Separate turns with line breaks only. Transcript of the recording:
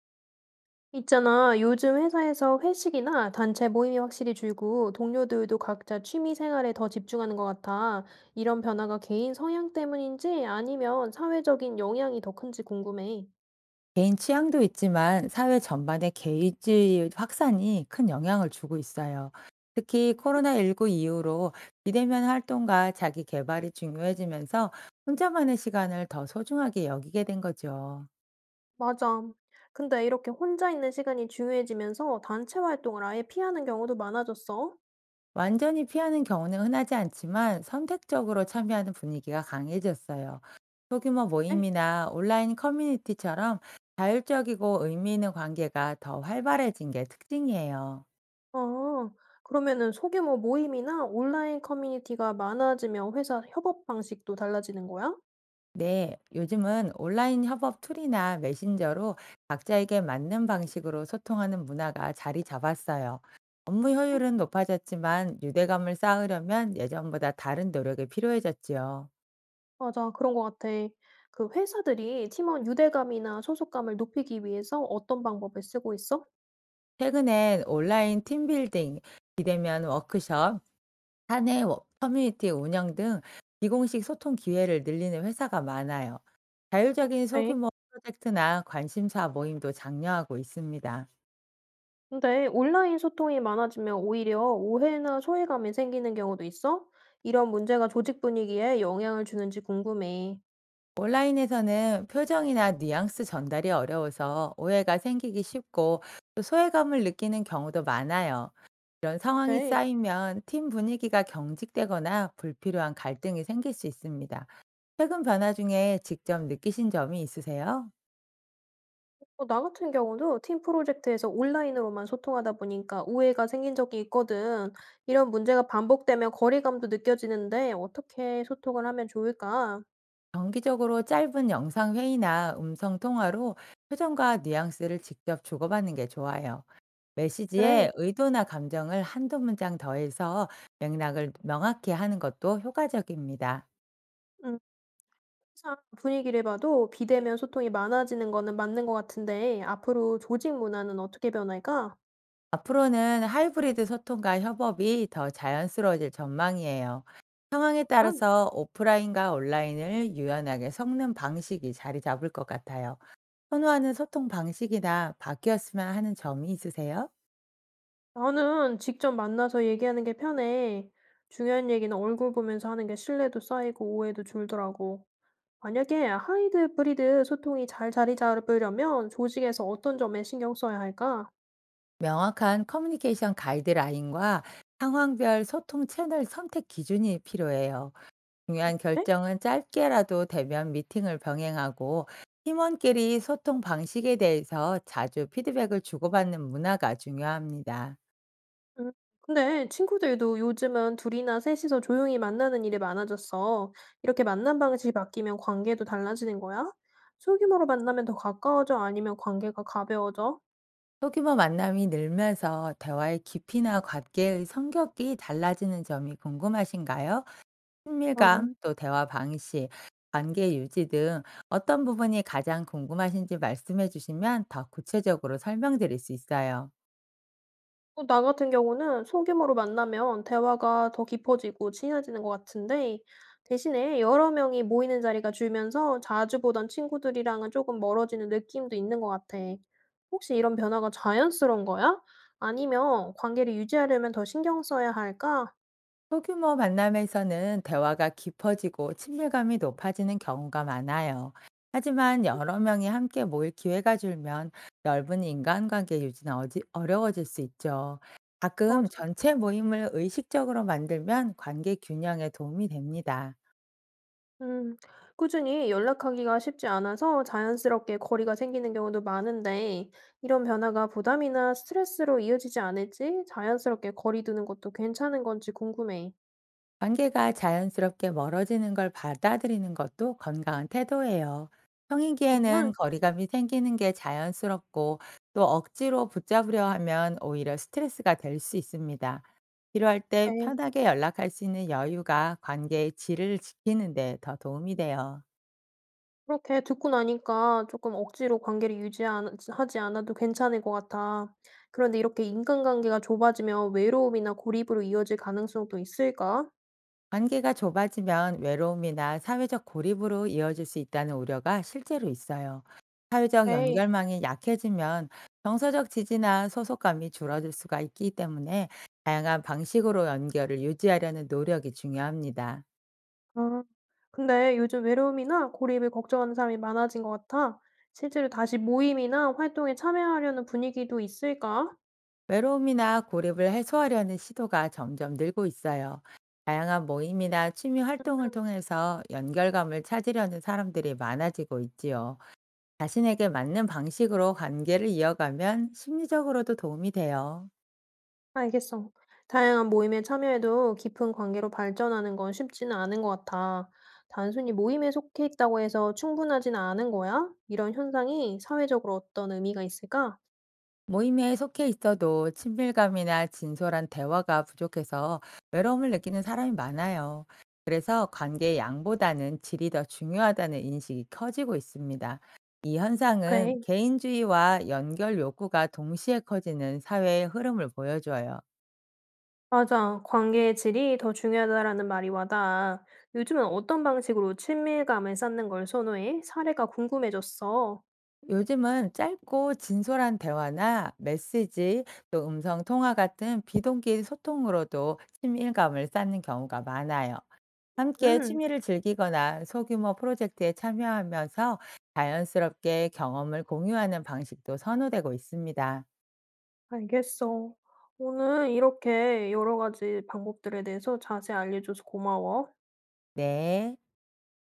있잖아, 요즘 회사에서 회식이나 단체 모임이 확실히 줄고 동료들도 각자 취미 생활에 더 집중하는 것 같아. 이런 변화가 개인 성향 때문인지 아니면 사회적인 영향이 더 큰지 궁금해.
개인 취향도 있지만 사회 전반의 게이지 확산이 큰 영향을 주고 있어요. 특히 코로나19 이후로 비대면 활동과 자기 개발이 중요해지면서 혼자만의 시간을 더 소중하게 여기게 된 거죠.
맞아. 근데 이렇게 혼자 있는 시간이 중요해지면서 단체 활동을 아예 피하는 경우도 많아졌어.
완전히 피하는 경우는 흔하지 않지만 선택적으로 참여하는 분위기가 강해졌어요. 소규모
에?
모임이나 온라인 커뮤니티처럼 자율적이고 의미 있는 관계가 더 활발해진 게 특징이에요.
아, 그러면은 소규모 모임이나 온라인 커뮤니티가 많아지면 회사 협업 방식도 달라지는 거야?
네, 요즘은 온라인 협업 툴이나 메신저로 각자에게 맞는 방식으로 소통하는 문화가 자리 잡았어요. 업무 효율은 높아졌지만 유대감을 쌓으려면 예전보다 다른 노력이 필요해졌지요.
맞아. 그런 것 같아. 그 회사들이 팀원 유대감이나 소속감을 높이기 위해서 어떤 방법을 쓰고 있어?
최근엔 온라인 팀빌딩, 비대면 워크숍, 사내 커뮤니티 운영 등 비공식 소통 기회를 늘리는 회사가 많아요. 자율적인
네.
소규모 프로젝트나 관심사 모임도 장려하고 있습니다.
근데 온라인 소통이 많아지면 오히려 오해나 소외감이 생기는 경우도 있어? 이런 문제가 조직 분위기에 영향을 주는지 궁금해.
온라인에서는 표정이나 뉘앙스 전달이 어려워서 오해가 생기기 쉽고 또 소외감을 느끼는 경우도 많아요. 이런 상황이
네.
쌓이면 팀 분위기가 경직되거나 불필요한 갈등이 생길 수 있습니다. 최근 변화 중에 직접 느끼신 점이 있으세요?
어, 나 같은 경우도 팀 프로젝트에서 온라인으로만 소통하다 보니까 오해가 생긴 적이 있거든. 이런 문제가 반복되면 거리감도 느껴지는데 어떻게 소통을 하면 좋을까?
정기적으로 짧은 영상 회의나 음성 통화로 표정과 뉘앙스를 직접 주고받는 게 좋아요. 메시지에
그래.
의도나 감정을 한두 문장 더해서 맥락을 명확히 하는 것도 효과적입니다.
음. 항상 분위기를 봐도 비대면 소통이 많아지는 거는 맞는 것 같은데 앞으로 조직 문화는 어떻게 변할까?
앞으로는 하이브리드 소통과 협업이 더 자연스러워질 전망이에요. 상황에
아,
따라서 오프라인과 온라인을 유연하게 섞는 방식이 자리 잡을 것 같아요. 선호하는 소통 방식이나 바뀌었으면 하는 점이 있으세요?
나는 직접 만나서 얘기하는 게 편해. 중요한 얘기는 얼굴 보면서 하는 게 신뢰도 쌓이고 오해도 줄더라고. 만약에 하이브리드 드 소통이 잘 자리 잡으려면 조직에서 어떤 점에 신경 써야 할까?
명확한 커뮤니케이션 가이드라인과 상황별 소통 채널 선택 기준이 필요해요. 중요한
그래?
결정은 짧게라도 대면 미팅을 병행하고 팀원끼리 소통 방식에 대해서 자주 피드백을 주고받는 문화가 중요합니다.
음. 근데 친구들도 요즘은 둘이나 셋이서 조용히 만나는 일이 많아졌어. 이렇게 만남 방식이 바뀌면 관계도 달라지는 거야? 소규모로 만나면 더 가까워져? 아니면 관계가 가벼워져?
소규모 만남이 늘면서 대화의 깊이나 관계의 성격이 달라지는 점이 궁금하신가요?
어.
친밀감, 또 대화 방식, 관계 유지 등 어떤 부분이 가장 궁금하신지 말씀해 주시면 더 구체적으로 설명드릴 수 있어요.
나 같은 경우는 소규모로 만나면 대화가 더 깊어지고 친해지는 것 같은데 대신에 여러 명이 모이는 자리가 줄면서 자주 보던 친구들이랑은 조금 멀어지는 느낌도 있는 것 같아. 혹시 이런 변화가 자연스러운 거야? 아니면 관계를 유지하려면 더 신경 써야 할까?
소규모 만남에서는 대화가 깊어지고 친밀감이 높아지는 경우가 많아요. 하지만 여러 명이 함께 모일 기회가 줄면 넓은 인간관계 유지는 어려워질 수 있죠. 가끔
맞아.
전체 모임을 의식적으로 만들면 관계 균형에 도움이 됩니다.
음. 꾸준히 연락하기가 쉽지 않아서 자연스럽게 거리가 생기는 경우도 많은데, 이런 변화가 부담이나 스트레스로 이어지지 않을지 자연스럽게 거리 두는 것도 괜찮은 건지 궁금해.
관계가 자연스럽게 멀어지는 걸 받아들이는 것도 건강한 태도예요. 성인기에는
정말?
거리감이 생기는 게 자연스럽고 또 억지로 붙잡으려 하면 오히려 스트레스가 될 수 있습니다. 필요할 때
네.
편하게 연락할 수 있는 여유가 관계의 질을 지키는 데 더 도움이 돼요.
그렇게 듣고 나니까 조금 억지로 관계를 유지하지 않아도 괜찮을 것 같아. 그런데 이렇게 인간관계가 좁아지면 외로움이나 고립으로 이어질 가능성도 있을까?
관계가 좁아지면 외로움이나 사회적 고립으로 이어질 수 있다는 우려가 실제로 있어요. 사회적
네.
연결망이 약해지면 정서적 지지나 소속감이 줄어들 수가 있기 때문에 다양한 방식으로 연결을 유지하려는 노력이 중요합니다.
아. 근데 요즘 외로움이나 고립을 걱정하는 사람이 많아진 것 같아. 실제로 다시 모임이나 활동에 참여하려는 분위기도 있을까?
외로움이나 고립을 해소하려는 시도가 점점 늘고 있어요. 다양한 모임이나 취미 활동을 통해서 연결감을 찾으려는 사람들이 많아지고 있지요. 자신에게 맞는 방식으로 관계를 이어가면 심리적으로도 도움이 돼요.
알겠어. 다양한 모임에 참여해도 깊은 관계로 발전하는 건 쉽지는 않은 것 같아. 단순히 모임에 속해 있다고 해서 충분하지는 않은 거야? 이런 현상이 사회적으로 어떤 의미가 있을까?
모임에 속해 있어도 친밀감이나 진솔한 대화가 부족해서 외로움을 느끼는 사람이 많아요. 그래서 관계의 양보다는 질이 더 중요하다는 인식이 커지고 있습니다. 이 현상은
그래,
개인주의와 연결 욕구가 동시에 커지는 사회의 흐름을 보여줘요.
맞아. 관계의 질이 더 중요하다라는 말이 와닿아. 요즘은 어떤 방식으로 친밀감을 쌓는 걸 선호해? 사례가 궁금해졌어.
요즘은 짧고 진솔한 대화나 메시지, 또 음성 통화 같은 비동기 소통으로도 친밀감을 쌓는 경우가 많아요. 함께
음,
취미를 즐기거나 소규모 프로젝트에 참여하면서 자연스럽게 경험을 공유하는 방식도 선호되고 있습니다.
알겠어. 오늘 이렇게 여러 가지 방법들에 대해서 자세히 알려줘서 고마워.
네.